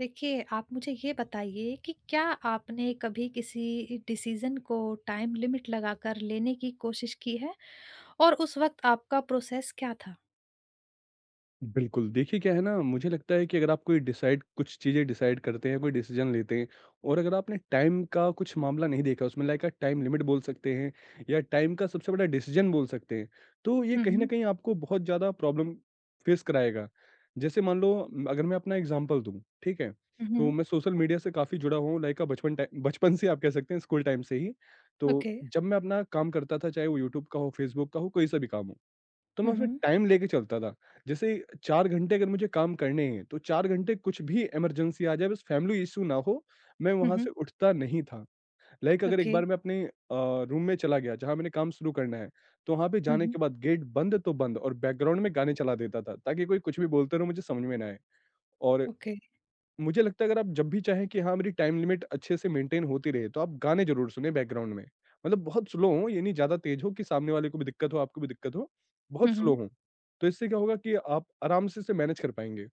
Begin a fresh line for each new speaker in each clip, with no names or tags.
देखिए, आप मुझे ये बताइए कि क्या आपने कभी किसी डिसीज़न को टाइम लिमिट लगाकर लेने की कोशिश की है और उस वक़्त आपका प्रोसेस क्या था?
बिल्कुल, देखिए क्या है ना, मुझे लगता है कि अगर आप कोई डिसाइड कुछ चीज़ें डिसाइड करते हैं, कोई डिसीज़न लेते हैं और अगर आपने टाइम का कुछ मामला नहीं देखा, उसमें लाइक अ टाइम लिमिट बोल सकते हैं या टाइम का सबसे बड़ा डिसीज़न बोल सकते हैं, तो ये
हुँ,
कहीं न
हुँ।
कहीं आपको बहुत ज़्यादा प्रॉब्लम फेस कराएगा। जैसे मान लो अगर मैं अपना एग्ज़ाम्पल दूँ, ठीक है?
हुँ,
तो
हुँ।
मैं सोशल मीडिया से काफ़ी जुड़ा हुआ हूँ लाइक अ बचपन से आप कह सकते हैं स्कूल टाइम से ही। तो
ओके।
जब मैं अपना काम करता था, चाहे वो यूट्यूब का हो, फेसबुक का हो, कोई सा भी काम हो। तो मैं
हुँ,
उसमें
हुँ।
टाइम लेके चलता था। जैसे 4 घंटे अगर मुझे काम करने हैं, तो 4 घंटे कुछ भी इमरजेंसी आ जाए, बस फैमिली इश्यू ना हो, मैं
हुँ,
वहाँ
हुँ।
से उठता नहीं था। लाइक अगर एक
ओके।
बार मैं अपने रूम में चला गया जहाँ मैंने काम शुरू करना है, तो वहाँ पे
हुँ,
जाने
हुँ।
के बाद गेट बंद तो बंद और बैकग्राउंड में गाने चला देता था, ताकि कोई कुछ भी बोलते रहो मुझे समझ में ना आए। और
ओके।
मुझे लगता है अगर आप जब भी चाहें कि हाँ मेरी टाइम लिमिट अच्छे से मेंटेन होती रहे, तो आप गाने जरूर सुने बैकग्राउंड में। मतलब बहुत स्लो हो, ये नहीं ज्यादा तेज हो कि सामने वाले को भी दिक्कत हो, आपको भी दिक्कत हो,
हुँ,
बहुत स्लो
हुँ।
हो, तो इससे क्या होगा कि आप आराम से इसे मैनेज कर पाएंगे।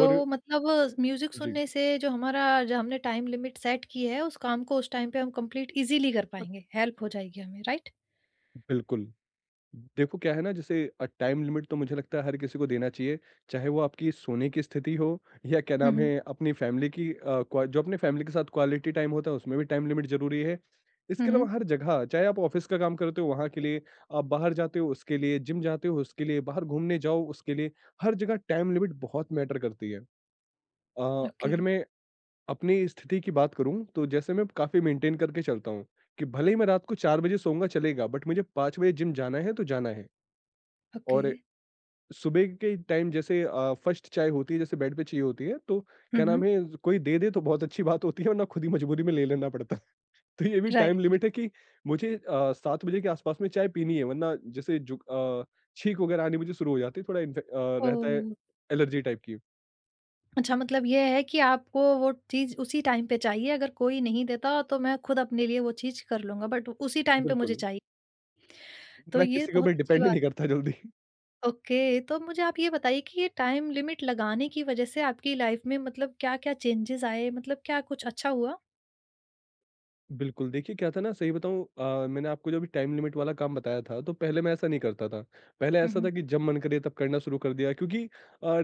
और
मतलब म्यूज़िक
जी,
सुनने से जो हमारा जो हमने टाइम लिमिट सेट की है, उस काम को उस टाइम पे हम कंप्लीट ईज़िली कर पाएँगे, हेल्प हो जाएगी हमें, राइट?
बिल्कुल। देखो क्या है ना, जैसे टाइम लिमिट तो मुझे लगता है हर किसी को देना चाहिए। चाहे वो आपकी सोने की स्थिति हो या क्या
हुँ,
नाम
हुँ।
है अपनी फैमिली की, जो अपने फैमिली के साथ क्वालिटी टाइम होता है, उसमें भी टाइम लिमिट जरूरी है।
हुँ,
इसके अलावा
हुँ।
हर जगह, चाहे आप ऑफिस का काम करते हो वहाँ के लिए, आप बाहर जाते हो उसके लिए, जिम जाते हो उसके लिए, बाहर घूमने जाओ उसके लिए, हर जगह टाइम लिमिट बहुत मैटर करती है।
ओके।
अगर मैं अपनी स्थिति की बात करूँ, तो जैसे मैं काफ़ी मेंटेन करके चलता हूँ कि भले ही मैं रात को चार बजे सोऊंगा चलेगा, बट मुझे पाँच बजे जिम जाना है तो जाना है।
ओके।
और सुबह के टाइम जैसे फर्स्ट चाय होती है, जैसे बेड पे चाहिए होती है, तो
हुँ,
क्या
हुँ।
नाम है, कोई दे दे तो बहुत अच्छी बात होती है, वरना खुद ही मजबूरी में ले लेना पड़ता है। तो ये भी टाइम
राइट।
लिमिट है कि मुझे 7 बजे के आसपास में चाय पीनी है, वरना जैसे छींक वगैरह आनी मुझे शुरू हो जाती है, थोड़ा रहता है
ओह!
एलर्जी टाइप की।
अच्छा मतलब ये है कि आपको वो चीज़ उसी टाइम पे चाहिए, अगर कोई नहीं देता तो मैं खुद अपने लिए वो चीज़ कर लूँगा, बट उसी टाइम पे मुझे
बिल्कुल,
चाहिए। तो
मैं
ये
किसी के
बहुत
ऊपर
अच्छी
डिपेंड
बात।
नहीं करता जल्दी।
ओके, तो मुझे आप ये बताइए कि ये टाइम लिमिट लगाने की वज़ह से आपकी लाइफ़ में मतलब क्या-क्या चेंजेज़ आए? मतलब क्या कुछ अच्छा हुआ?
बिल्कुल, देखिए क्या था ना, सही बताऊँ मैंने आपको जो अभी टाइम लिमिट वाला काम बताया था, तो पहले मैं ऐसा नहीं करता था। पहले
हुँ,
ऐसा था
हुँ।
कि जब मन करे तब करना शुरू कर दिया, क्योंकि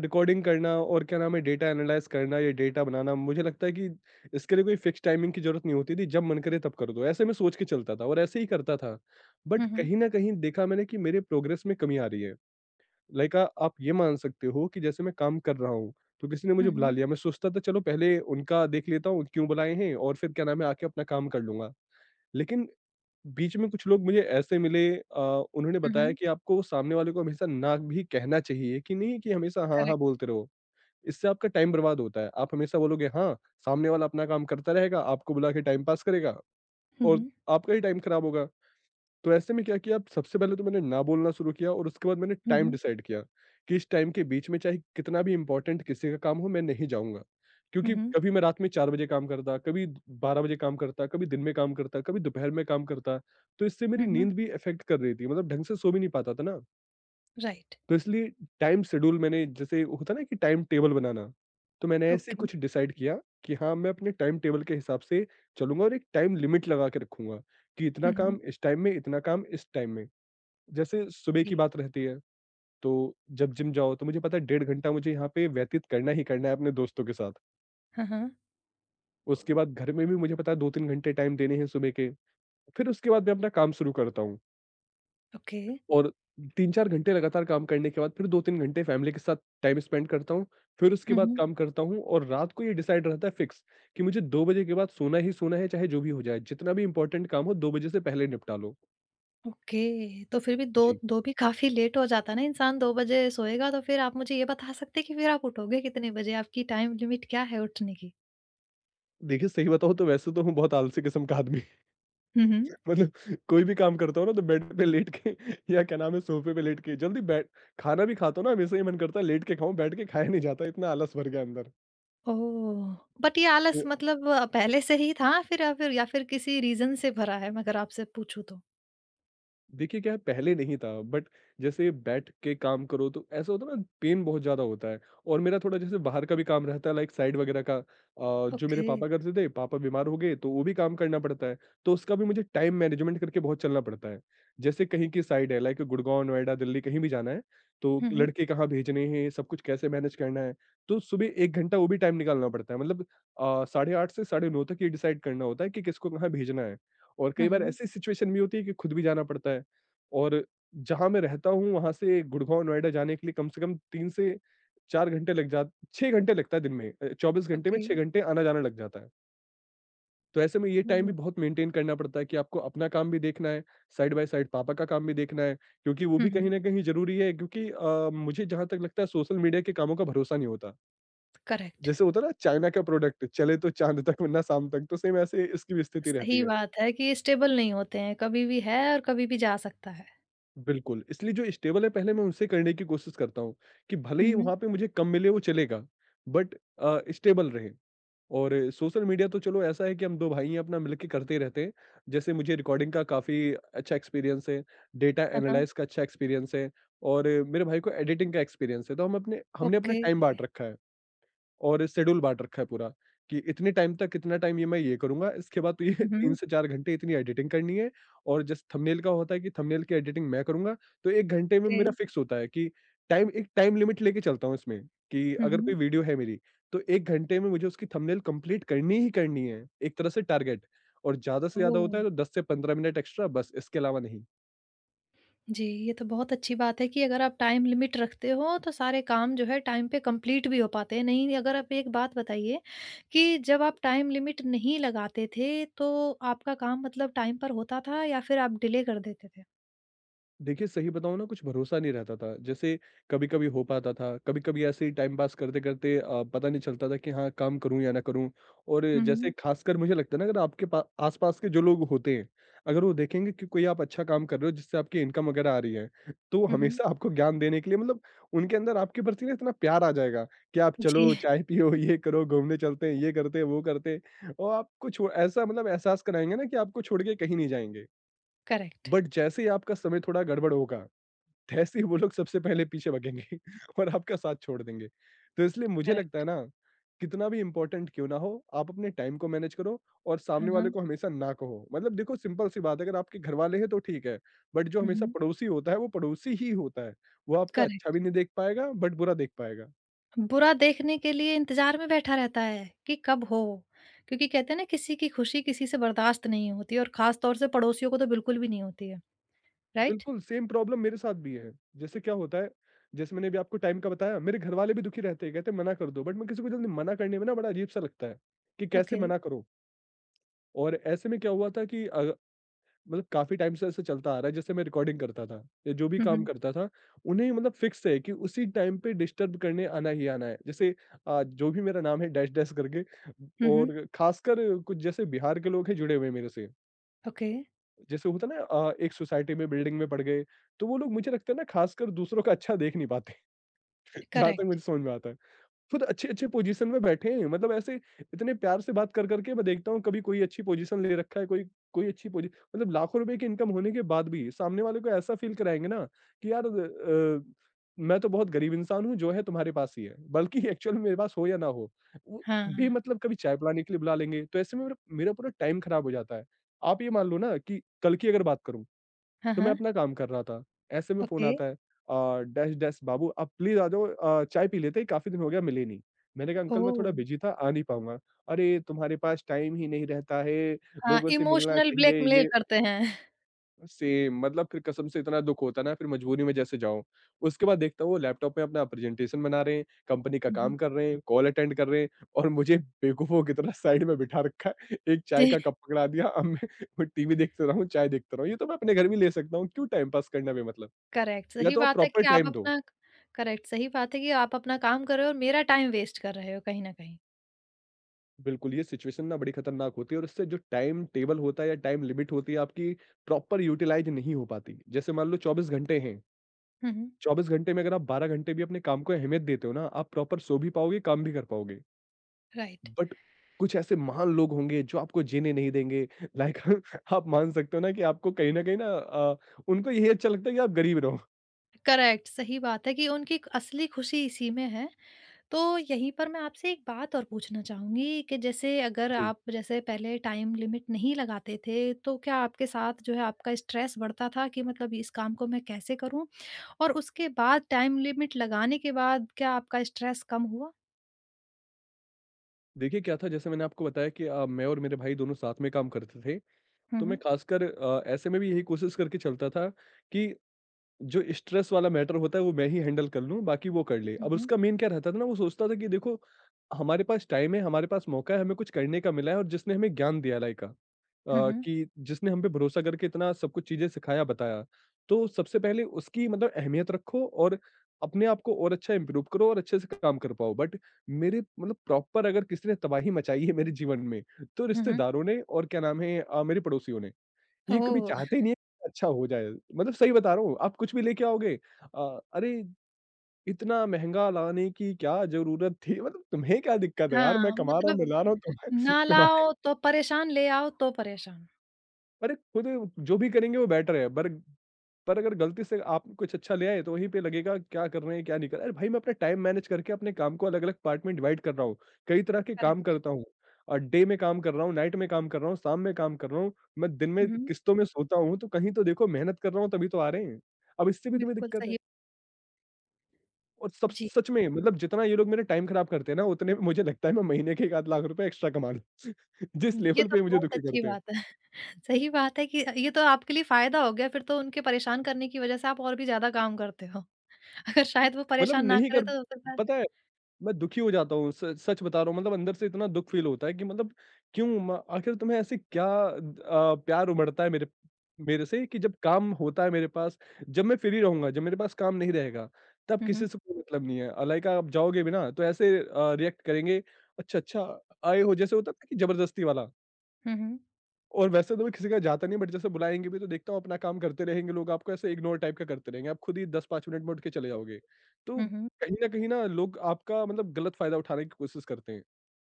रिकॉर्डिंग करना और क्या नाम है डेटा एनालाइज़ करना या डेटा बनाना, मुझे लगता है कि इसके लिए कोई फिक्स टाइमिंग की ज़रूरत नहीं होती थी, जब मन करे तब कर दो, ऐसे मैं सोच के चलता था और ऐसे ही करता था। बट
हुँ, हुँ।
कहीं न कहीं देखा मैंने कि मेरे प्रोग्रेस में कमी आ रही है। लाइक आप ये मान सकते हो कि जैसे मैं काम कर रहा हूँ, तो किसी ने
हुँ,
मुझे बुला
हुँ।
लिया, मैं सोचता था चलो पहले उनका देख लेता हूँ, क्यों बुलाए हैं, और फिर क्या नाम है, आके अपना काम कर लूँगा। लेकिन बीच में कुछ लोग मुझे ऐसे मिले, उन्होंने
हुँ,
बताया
हुँ।
कि आपको सामने वाले को हमेशा ना भी कहना चाहिए, कि नहीं कि हमेशा हाँ, हाँ
करेक्ट।
बोलते रहो। इससे आपका टाइम बर्बाद होता है। आप हमेशा बोलोगे हाँ, सामने वाला अपना काम करता रहेगा, आपको बुला के टाइम पास करेगा
हुँ,
और
हुँ।
आपका ही टाइम खराब होगा। तो ऐसे में क्या किया, सबसे पहले तो मैंने ना बोलना शुरू किया और उसके बाद मैंने
हुँ,
टाइम
हुँ।
डिसाइड किया कि इस टाइम के बीच में चाहे कितना भी इंपॉर्टेंट किसी का काम हो, मैं नहीं जाऊंगा।
हुँ,
क्योंकि
हुँ।
कभी मैं रात में चार बजे काम करता, कभी बारह बजे काम करता, कभी दिन में काम करता, कभी दोपहर में काम करता, तो इससे मेरी
हुँ, हुँ।
नींद भी इफेक्ट कर रही थी। मतलब ढंग से सो भी नहीं पाता था ना।
राइट।
तो इसलिए टाइम शेड्यूल, मैंने जैसे होता ना कि टाइम टेबल बनाना, तो मैंने ऐसे
ओके।
कुछ डिसाइड किया कि हाँ, मैं अपने टाइम टेबल के हिसाब से चलूंगा और एक टाइम लिमिट लगा के रखूंगा कि इतना
हुँ, हुँ।
काम इस टाइम में, इतना काम इस टाइम में। जैसे सुबह की
जी।
बात रहती है, तो जब जिम जाओ तो मुझे पता है डेढ़ घंटा मुझे यहाँ पे व्यतीत करना ही करना है अपने दोस्तों के साथ।
हाँ, हाँ।
उसके बाद घर में भी मुझे पता है 2-3 घंटे टाइम देने हैं सुबह के। फिर उसके बाद मैं अपना काम शुरू करता हूँ
ओके।
और 3-4 घंटे लगातार काम करने के बाद फिर 2-3 घंटे फैमिली के साथ टाइम स्पेंड करता हूँ। फिर उसके
हुँ,
बाद
हुँ।
काम करता हूँ, और रात को ये डिसाइड रहता है फिक्स कि मुझे 2 बजे के बाद सोना ही सोना है, चाहे जो भी हो जाए। जितना भी इम्पोर्टेंट काम हो 2 बजे से पहले निपटा लो।
ओके, तो फिर भी 2
जी।
2 भी काफ़ी लेट हो जाता है ना, इंसान 2 बजे सोएगा तो फिर आप मुझे ये बता सकते हैं कि फिर आप उठोगे कितने बजे? आपकी टाइम लिमिट क्या है उठने की?
देखिए, सही बताऊँ तो वैसे तो मैं बहुत आलसी किस्म का आदमी।
हुँ, हुँ।
मतलब कोई भी काम करता हूँ ना, तो बेड पे लेट के या क्या नाम है सोफे पे लेट के जल्दी बैठ, खाना भी खाता हूँ ना, हमेशा ही मन करता है लेट के खाऊं, बैठ के खाया नहीं जाता, इतना आलस भर गया अंदर।
ओह! बट ये आलस मतलब पहले से ही था फिर या फिर किसी रीज़न से भरा है अगर आपसे पूछूँ तो?
देखिए क्या है, पहले नहीं था, बट जैसे बैठ के काम करो तो ऐसा होता है ना, पेन बहुत ज्यादा होता है। और मेरा थोड़ा जैसे बाहर का भी काम रहता है लाइक साइड वगैरह का, जो मेरे
ओके।
पापा करते थे, पापा बीमार हो गए तो वो भी काम करना पड़ता है। तो उसका भी मुझे टाइम मैनेजमेंट करके बहुत चलना पड़ता है। जैसे कहीं की साइड है लाइक गुड़गांव, नोएडा, दिल्ली कहीं भी जाना है, तो
हुँ, हुँ।
लड़के कहाँ भेजने हैं, सब कुछ कैसे मैनेज करना है, तो सुबह एक घंटा वो भी टाइम निकालना पड़ता है। मतलब साढ़े आठ से साढ़े नौ तक ये डिसाइड करना होता है कि किसको कहाँ भेजना है। और
हुँ,
कई बार
हुँ।
ऐसी सिचुएशन भी होती है कि खुद भी जाना पड़ता है। और जहाँ मैं रहता हूँ वहाँ से गुड़गाँव, नोएडा जाने के लिए कम से कम 3 से 4 घंटे लग जा, 6 घंटे लगता है दिन में। 24 घंटे में
ओके।
6 घंटे आना-जाना लग जाता है। तो ऐसे में ये टाइम भी
ओह!
बहुत मेंटेन करना पड़ता है कि आपको अपना काम भी देखना है, साइड बाय साइड पापा का काम भी देखना है, क्योंकि वो
हुँ,
भी कहीं
हुँ।
न कहीं ज़रूरी है। क्योंकि मुझे जहाँ तक लगता है सोशल मीडिया के कामों का भरोसा नहीं होता।
करेक्ट।
जैसे होता है ना, चाइना का प्रोडक्ट चले तो चाँद तक वरना शाम तक, तो सेम ऐसे इसकी भी स्थिति रहती
सही
है।
बात है कि स्टेबल नहीं होते हैं, कभी भी है और कभी भी जा सकता है।
बिल्कुल, इसलिए जो स्टेबल है पहले मैं उनसे करने की कोशिश करता हूँ, कि भले
हुँ,
ही
हुँ।
वहाँ पे मुझे कम मिले वो चलेगा, बट स्टेबल रहे। और सोशल मीडिया तो चलो ऐसा है कि हम 2 भाई हैं, अपना मिल के करते ही रहते हैं। जैसे मुझे रिकॉर्डिंग का काफ़ी अच्छा एक्सपीरियंस है, डेटा
हाँ, हाँ।
एनालाइज़ का अच्छा एक्सपीरियंस है और मेरे भाई को एडिटिंग का एक्सपीरियंस है, तो हम अपने हमने अपना
ओके।
टाइम बाँट रखा है। और शेड्यूल बाँट रखा है पूरा कि इतने टाइम तक इतना टाइम, ये मैं ये करूँगा, इसके बाद तो ये
हुँ,
3
हुँ।
से 4 घंटे इतनी एडिटिंग करनी है। और जैसे थंबनेल का होता है कि थंबनेल की एडिटिंग मैं करूँगा, तो 1 घंटे में
ओके।
मेरा फिक्स होता है कि टाइम, एक टाइम लिमिट लेके चलता हूँ इसमें, कि
हुँ,
अगर कोई
हुँ।
वीडियो है मेरी, तो 1 घंटे में मुझे उसकी थंबनेल कंप्लीट करनी ही करनी है, एक तरह से टारगेट। और ज़्यादा से ज़्यादा होता
ओह!
है तो 10 से 15 मिनट एक्स्ट्रा, बस इसके अलावा नहीं।
जी, ये तो बहुत अच्छी बात है कि अगर आप टाइम लिमिट रखते हो तो सारे काम जो है टाइम पे कंप्लीट भी हो पाते हैं। नहीं, अगर आप एक बात बताइए कि जब आप टाइम लिमिट नहीं लगाते थे तो आपका काम मतलब टाइम पर होता था या फिर आप डिले कर देते थे?
देखिए, सही बताऊँ ना कुछ भरोसा नहीं रहता था। जैसे कभी-कभी हो पाता था, कभी-कभी ऐसे ही टाइम पास करते-करते, पता नहीं चलता था कि हाँ, काम करूँ या ना करूँ। और
हुँ,
जैसे
हुँ।
खासकर मुझे लगता है ना, अगर आपके पा आस-पास के जो लोग होते हैं, अगर वो देखेंगे कि कोई, आप अच्छा काम कर रहे हो जिससे आपकी इनकम वगैरह आ रही है, तो
हुँ, हुँ।
हमेशा आपको ज्ञान देने के लिए, मतलब उनके अंदर आपके प्रति ना इतना प्यार आ जाएगा कि आप
जी,
चलो चाय पियो, ये करो, घूमने चलते हैं, ये करते हैं, वो करते हैं, और आपको छो ऐसा मतलब एहसास कराएँगे ना कि आपको छोड़ के कहीं नहीं जाएँगे।
करेक्ट,
बट जैसे ही आपका समय थोड़ा गड़बड़ होगा, जैसे ही वो लोग सबसे पहले पीछे भगेंगे और आपका साथ छोड़ देंगे। तो इसलिए मुझे लगता
करेक्ट।
है ना, कितना भी इम्पोर्टेंट क्यों ना हो, आप अपने टाइम को मैनेज करो और
हुँ,
सामने वाले
हुँ।
को हमेशा ना कहो। मतलब देखो, सिंपल सी बात है, अगर आपके घरवाले हैं तो ठीक है, बट जो
हुँ,
हमेशा
हुँ।
पड़ोसी होता है, वो पड़ोसी ही होता है। वो आपका अच्छा
करेक्ट।
भी नहीं देख पाएगा, बट बुरा देख पाएगा।
बुरा देखने के लिए इंतज़ार में बैठा रहता है कि कब हो, क्योंकि कहते हैं ना किसी की खुशी किसी से बर्दाश्त नहीं होती और ख़ास तौर से पड़ोसियों को तो बिल्कुल भी नहीं होती है। राइट?
बिल्कुल सेम प्रॉब्लम मेरे साथ भी है। जैसे क्या होता है, जैसे मैंने अभी आपको टाइम का बताया, मेरे घरवाले भी दुखी रहते हैं, कहते हैं मना कर दो, बट मैं किसी को जल्दी मना करने में ना बड़ा अजीब सा लगता है, कि कैसे
ओके।
मना करूँ? और ऐसे में क्या हुआ था कि मतलब काफ़ी टाइम से ऐसे चलता आ रहा है, जैसे मैं रिकॉर्डिंग करता था या जो भी
हुँ,
काम
हुँ।
करता था, उन्हें मतलब फ़िक्स है कि उसी टाइम पे डिस्टर्ब करने आना ही आना है। जैसे जो भी मेरा नाम है, डैश डैश करके,
हुँ, हुँ।
और ख़ासकर कुछ जैसे बिहार के लोग हैं जुड़े हुए मेरे से।
ओके,
जैसे होता है ना एक सोसाइटी में, बिल्डिंग में पड़ गए, तो वो लोग मुझे लगता है ना, ख़ासकर दूसरों का अच्छा देख नहीं पाते, जहाँ तक
करेक्ट।
मुझे समझ में आता है। खुद अच्छे-अच्छे पोज़ीशन में बैठे हैं, मतलब ऐसे इतने प्यार से बात कर कर के मैं देखता हूँ, कभी कोई अच्छी पोज़ीशन ले रखा है, कोई कोई अच्छी पोज़ी मतलब लाखों रुपए की इनकम होने के बाद भी सामने वाले को ऐसा फ़ील कराएँगे ना कि यार मैं तो बहुत गरीब इंसान हूँ, जो है तुम्हारे पास ही है, बल्कि एक्चुअल में मेरे पास हो या ना हो, वो भी
हाँ,
मतलब कभी चाय पिलाने के लिए बुला लेंगे, तो ऐसे में मेरा मेरा पूरा टाइम खराब हो जाता है। आप ये मान लो ना कि कल की अगर बात करूँ,
हाँ,
तो मैं
हाँ।
अपना काम कर रहा था। ऐसे में फ़ोन
ओके,
आता है, डैश डैश बाबू, आप प्लीज़ आ जाओ, चाय पी लेते हैं, काफ़ी दिन हो गया मिले नहीं। मैंने कहा, अंकल मैं थोड़ा
ओह!
बिज़ी था, आ नहीं पाऊँगा। अरे! तुम्हारे पास टाइम ही नहीं रहता है,
हाँ,
लोगों से मिलना
इमोशनल
चाहिए,
ब्लैकमेल
ये
करते हैं। हुँ,
सेम मतलब, फिर कसम से इतना दुःख होता है ना, फिर मजबूरी में जैसे जाओ। उसके बाद देखता हूँ वो लैपटॉप में अपना प्रेजेंटेशन बना रहे हैं, कंपनी का
हुँ।
काम कर रहे हैं, कॉल अटेंड कर रहे हैं और मुझे बेवकूफ़ों की तरह साइड में बिठा रखा है। एक चाय
जी,
का कप पकड़ा दिया, अब मैं वो टीवी देखते रहूँ, चाय देखता रहूँ। ये तो मैं अपने घर भी ले सकता हूँ, क्यों टाइम पास करना बेमतलब?
करेक्ट,
या तो आप प्रॉपर टाइम दो।
सही बात है कि आप अपना काम कर रहे हो और मेरा टाइम वेस्ट कर रहे हो कहीं न कहीं।
बिल्कुल, ये सिचुएशन ना बड़ी खतरनाक होती है और इससे जो टाइम टेबल होता है या टाइम लिमिट होती है आपकी, प्रॉपर यूटिलाइज़ नहीं हो पाती। जैसे मान लो 24 घंटे हैं।
हुँ, हुँ,
24 घंटे में अगर आप 12 घंटे भी अपने काम को अहमियत देते हो ना, आप प्रॉपर सो भी पाओगे, काम भी कर पाओगे।
राइट।
बट कुछ ऐसे महान लोग होंगे जो आपको जीने नहीं देंगे। लाइक आप मान सकते हो ना कि आपको कहीं न कहीं ना उनको यही अच्छा लगता है कि आप गरीब रहो।
करेक्ट, सही बात है कि उनकी असली खुशी इसी में है। तो यहीं पर मैं आपसे एक बात और पूछना चाहूँगी कि जैसे अगर
जी।
आप जैसे पहले टाइम लिमिट नहीं लगाते थे, तो क्या आपके साथ जो है आपका स्ट्रेस बढ़ता था कि मतलब इस काम को मैं कैसे करूँ? और उसके बाद टाइम लिमिट लगाने के बाद क्या आपका स्ट्रेस कम हुआ?
देखिए क्या था, जैसे मैंने आपको बताया कि मैं और मेरे भाई दोनों साथ में काम करते थे।
हुँ,
तो मैं
हुँ।
खासकर ऐसे में भी यही कोशिश करके चलता था कि जो स्ट्रेस वाला मैटर होता है वो मैं ही हैंडल कर लूँ, बाकी वो कर ले।
हुँ,
अब
हुँ।
उसका मेन क्या रहता था ना, वो सोचता था कि देखो, हमारे पास टाइम है, हमारे पास मौका है, हमें कुछ करने का मिला है और जिसने हमें ज्ञान दिया, लाइक का
हुँ, हुँ।
कि जिसने हम पे भरोसा करके इतना सब कुछ चीज़ें सिखाया, बताया। तो सबसे पहले उसकी मतलब अहमियत रखो और अपने आप को और अच्छा इम्प्रूव करो और अच्छे से काम कर पाओ। बट मेरे मतलब प्रॉपर अगर किसी ने तबाही मचाई है मेरे जीवन में, तो
हुँ, हुँ।
रिश्तेदारों ने और क्या नाम है, मेरे पड़ोसियों ने। ये कभी
ओह!
चाहते ही नहीं है कि अच्छा हो जाए। मतलब सही बता रहा हूँ, आप कुछ भी लेके आओगे, "अरे! इतना महँगा लाने की क्या ज़रूरत थी?" मतलब तुम्हें क्या दिक्कत है यार? मैं
हाँ,
कमा रहा हूँ, मैं
मतलब
ला रहा हूँ तुम्हें
ना
तुम्हारे
लाओ तो परेशान, ले आओ तो परेशान।
अरे! खुद जो भी करेंगे वो बेटर है, बर पर अगर गलती से आप कुछ अच्छा ले आए तो वहीं पे लगेगा, क्या कर रहे हैं क्या नहीं कर रहे हैं। अरे भाई, मैं अपना टाइम मैनेज करके अपने काम को अलग अलग पार्ट में डिवाइड कर रहा हूँ, कई तरह के काम
करेक्ट।
करता हूँ और डे में काम कर रहा हूँ, नाइट में काम कर रहा हूँ, शाम में काम कर रहा हूँ, मैं दिन में
हुँ, हुँ।
किस्तों में सोता हूँ, तो कहीं तो देखो मेहनत कर रहा हूँ तभी तो आ रहे हैं। अब इससे भी तुम्हें
बिल्कुल
दिक्कत है।
सही।
और सब
जी,
सच में मतलब जितना ये लोग मेरा टाइम खराब करते हैं ना, उतने में मुझे लगता है मैं महीने के एक आध लाख रुपए एक्स्ट्रा कमा लूं। जिस
ये
लेवल
तो
पे मुझे
बहुत
दुखी
अच्छी
करते हैं,
बात है। सही बात है कि ये तो आपके लिए फ़ायदा हो गया फिर तो, उनके परेशान करने की वजह से आप और भी ज़्यादा काम करते हो। अगर शायद वो
मतलब
परेशान ना
नहीं
करें
कर
तो हो सकता है।
पता है, मैं दुखी हो जाता हूँ, स सच बता रहा हूँ, मतलब अंदर से इतना दुःख फ़ील होता है कि मतलब क्यों, म आखिर तुम्हें ऐसे क्या प्यार उमड़ता है मेरे मेरे से कि जब काम होता है मेरे पास, जब मैं फ्री रहूँगा, जब मेरे पास काम नहीं रहेगा, तब
हुँ,
किसी
हुँ।
से कोई मतलब नहीं है। लाइक आप जाओगे भी ना तो ऐसे रिएक्ट करेंगे, "अच्छा, अच्छा आए हो", जैसे होता है ना कि ज़बरदस्ती वाला।
हुँ, हुँ।
और वैसे तो मैं किसी के यहाँ जाता नहीं, बट जैसे बुलाएँगे भी तो देखता हूँ अपना काम करते रहेंगे लोग, आपको ऐसे इग्नोर टाइप का करते रहेंगे, आप खुद ही 10-5 मिनट में उठ के चले जाओगे। तो
हुँ, हुँ।
कहीं न कहीं ना, लोग आपका मतलब गलत फ़ायदा उठाने की कोशिश करते हैं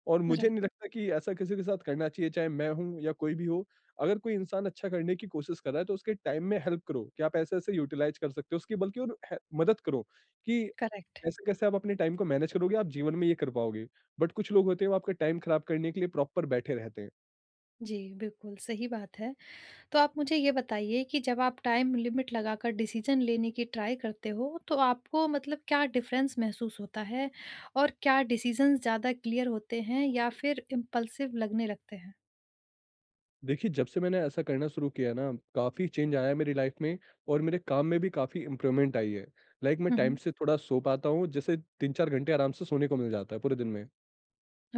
और मुझे
राइट,
नहीं लगता कि ऐसा किसी के साथ करना चाहिए, चाहे मैं हूँ या कोई भी हो। अगर कोई इंसान अच्छा करने की कोशिश कर रहा है तो उसके टाइम में हेल्प करो कि आप ऐसे-ऐसे यूटिलाइज़ कर सकते हो उसकी, बल्कि और ह मदद करो कि
करेक्ट।
कैसे-कैसे आप अपने टाइम को मैनेज करोगे, आप जीवन में ये कर पाओगे। बट कुछ लोग होते हैं वो आपका टाइम खराब करने के लिए प्रॉपर बैठे रहते हैं।
जी, बिल्कुल सही बात है। तो आप मुझे ये बताइए कि जब आप टाइम लिमिट लगाकर डिसीजन लेने की ट्राई करते हो, तो आपको मतलब क्या डिफरेंस महसूस होता है? और क्या डिसीजंस ज़्यादा क्लियर होते हैं या फिर इम्पल्सिव लगने लगते हैं?
देखिए, जब से मैंने ऐसा करना शुरू किया ना, काफ़ी चेंज आया है मेरी लाइफ़ में और मेरे काम में भी काफ़ी इम्प्रूवमेंट आई है। लाइक मैं
हुँ,
टाइम
हुँ।
से थोड़ा सो पाता हूँ, जैसे 3-4 घंटे आराम से सोने को मिल जाता है पूरे दिन में।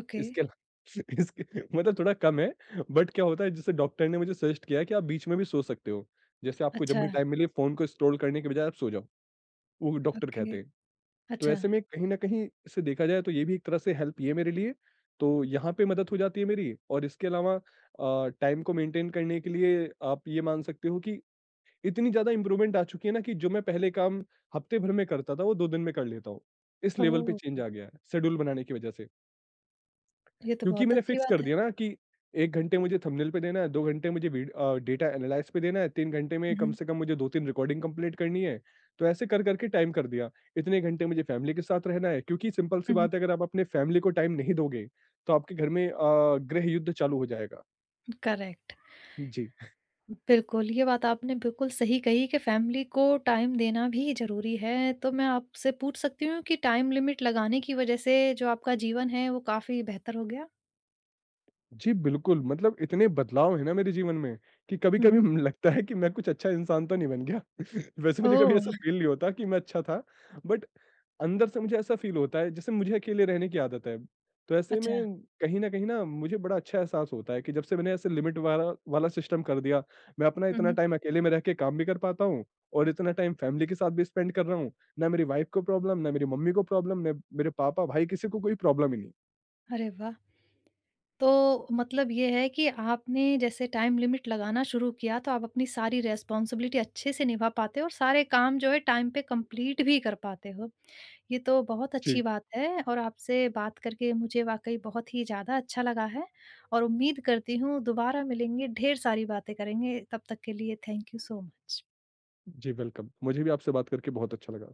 ओके।
इसके अला इसके मतलब थोड़ा कम है, बट क्या होता है, जैसे डॉक्टर ने मुझे सजेस्ट किया है कि आप बीच में भी सो सकते हो। जैसे आपको जब
अच्छा,
भी टाइम मिले फ़ोन को स्क्रॉल करने के बजाय आप सो जाओ, वो डॉक्टर
ओके।
कहते हैं। तो
अच्छा।
ऐसे में कहीं न कहीं इसे देखा जाए तो ये भी एक तरह से हेल्प ही है मेरे लिए, तो यहाँ पे मदद हो जाती है मेरी और इसके अलावा टाइम को मेंटेन करने के लिए आप ये मान सकते हो कि इतनी ज़्यादा इम्प्रूवमेंट आ चुकी है ना, कि जो मैं पहले काम हफ्ते भर में करता था, वो 2 दिन में कर लेता हूँ। इस लेवल पे
ओह!
चेंज आ गया है, शेड्यूल बनाने की वजह से।
ये तो
क्योंकि
बहुत
मैंने
अच्छी
फिक्स कर
बात
दिया
है।
ना कि 1 घंटे मुझे थंबनेल पे देना है, 2 घंटे मुझे डेटा एनालाइज़ पे देना है, 3 घंटे में
हुँ,
कम
हुँ।
से कम मुझे 2-3 रिकॉर्डिंग कंप्लीट करनी है। तो ऐसे कर-कर के टाइम कर दिया। इतने घंटे मुझे फैमिली के साथ रहना है, क्योंकि सिंपल सी
हुँ, हुँ।
बात है, अगर आप अपने फैमिली को टाइम नहीं दोगे, तो आपके घर में गृह युद्ध चालू हो जाएगा।
करेक्ट।
जी।
बिल्कुल, ये बात आपने बिल्कुल सही कही कि फैमिली को टाइम देना भी ज़रूरी है। तो मैं आपसे पूछ सकती हूँ कि टाइम लिमिट लगाने की वज़ह से जो आपका जीवन है वो काफ़ी बेहतर हो गया?
जी, बिल्कुल, मतलब इतने बदलाव हैं ना मेरे जीवन में कि
हुँ,
कभी-कभी
हुँ।
म लगता है कि मैं कुछ अच्छा इंसान तो नहीं बन गया। वैसे मुझे कभी ऐसा
ओह!
फ़ील नहीं होता कि मैं अच्छा था, बट अंदर से मुझे ऐसा फ़ील होता है जैसे मुझे अकेले रहने की आदत है। तो ऐसे
अच्छा।
में कहीं न कहीं ना मुझे बड़ा अच्छा एहसास होता है कि जब से मैंने ऐसे लिमिट वाला वाला सिस्टम कर दिया, मैं अपना
हुँ,
इतना
हुँ।
टाइम अकेले में रह के काम भी कर पाता हूँ और इतना टाइम फैमिली के साथ भी स्पेंड कर रहा हूँ। ना मेरी वाइफ़ को प्रॉब्लम, ना मेरी मम्मी को प्रॉब्लम, ना मेरे पापा, भाई किसी को कोई प्रॉब्लम ही नहीं।
अरे वाह! तो मतलब ये है कि आपने जैसे टाइम लिमिट लगाना शुरू किया तो आप अपनी सारी रिस्पॉन्सिबिलिटी अच्छे से निभा पाते हो और सारे काम जो है टाइम पे कंप्लीट भी कर पाते हो। ये तो बहुत
जी।
अच्छी बात है और आपसे बात करके मुझे वाकई बहुत ही ज़्यादा अच्छा लगा है, और उम्मीद करती हूँ दोबारा मिलेंगे, ढेर सारी बातें करेंगे, तब तक के लिए थैंक यू सो मच।
जी, वेलकम। मुझे भी आपसे बात करके बहुत अच्छा लगा।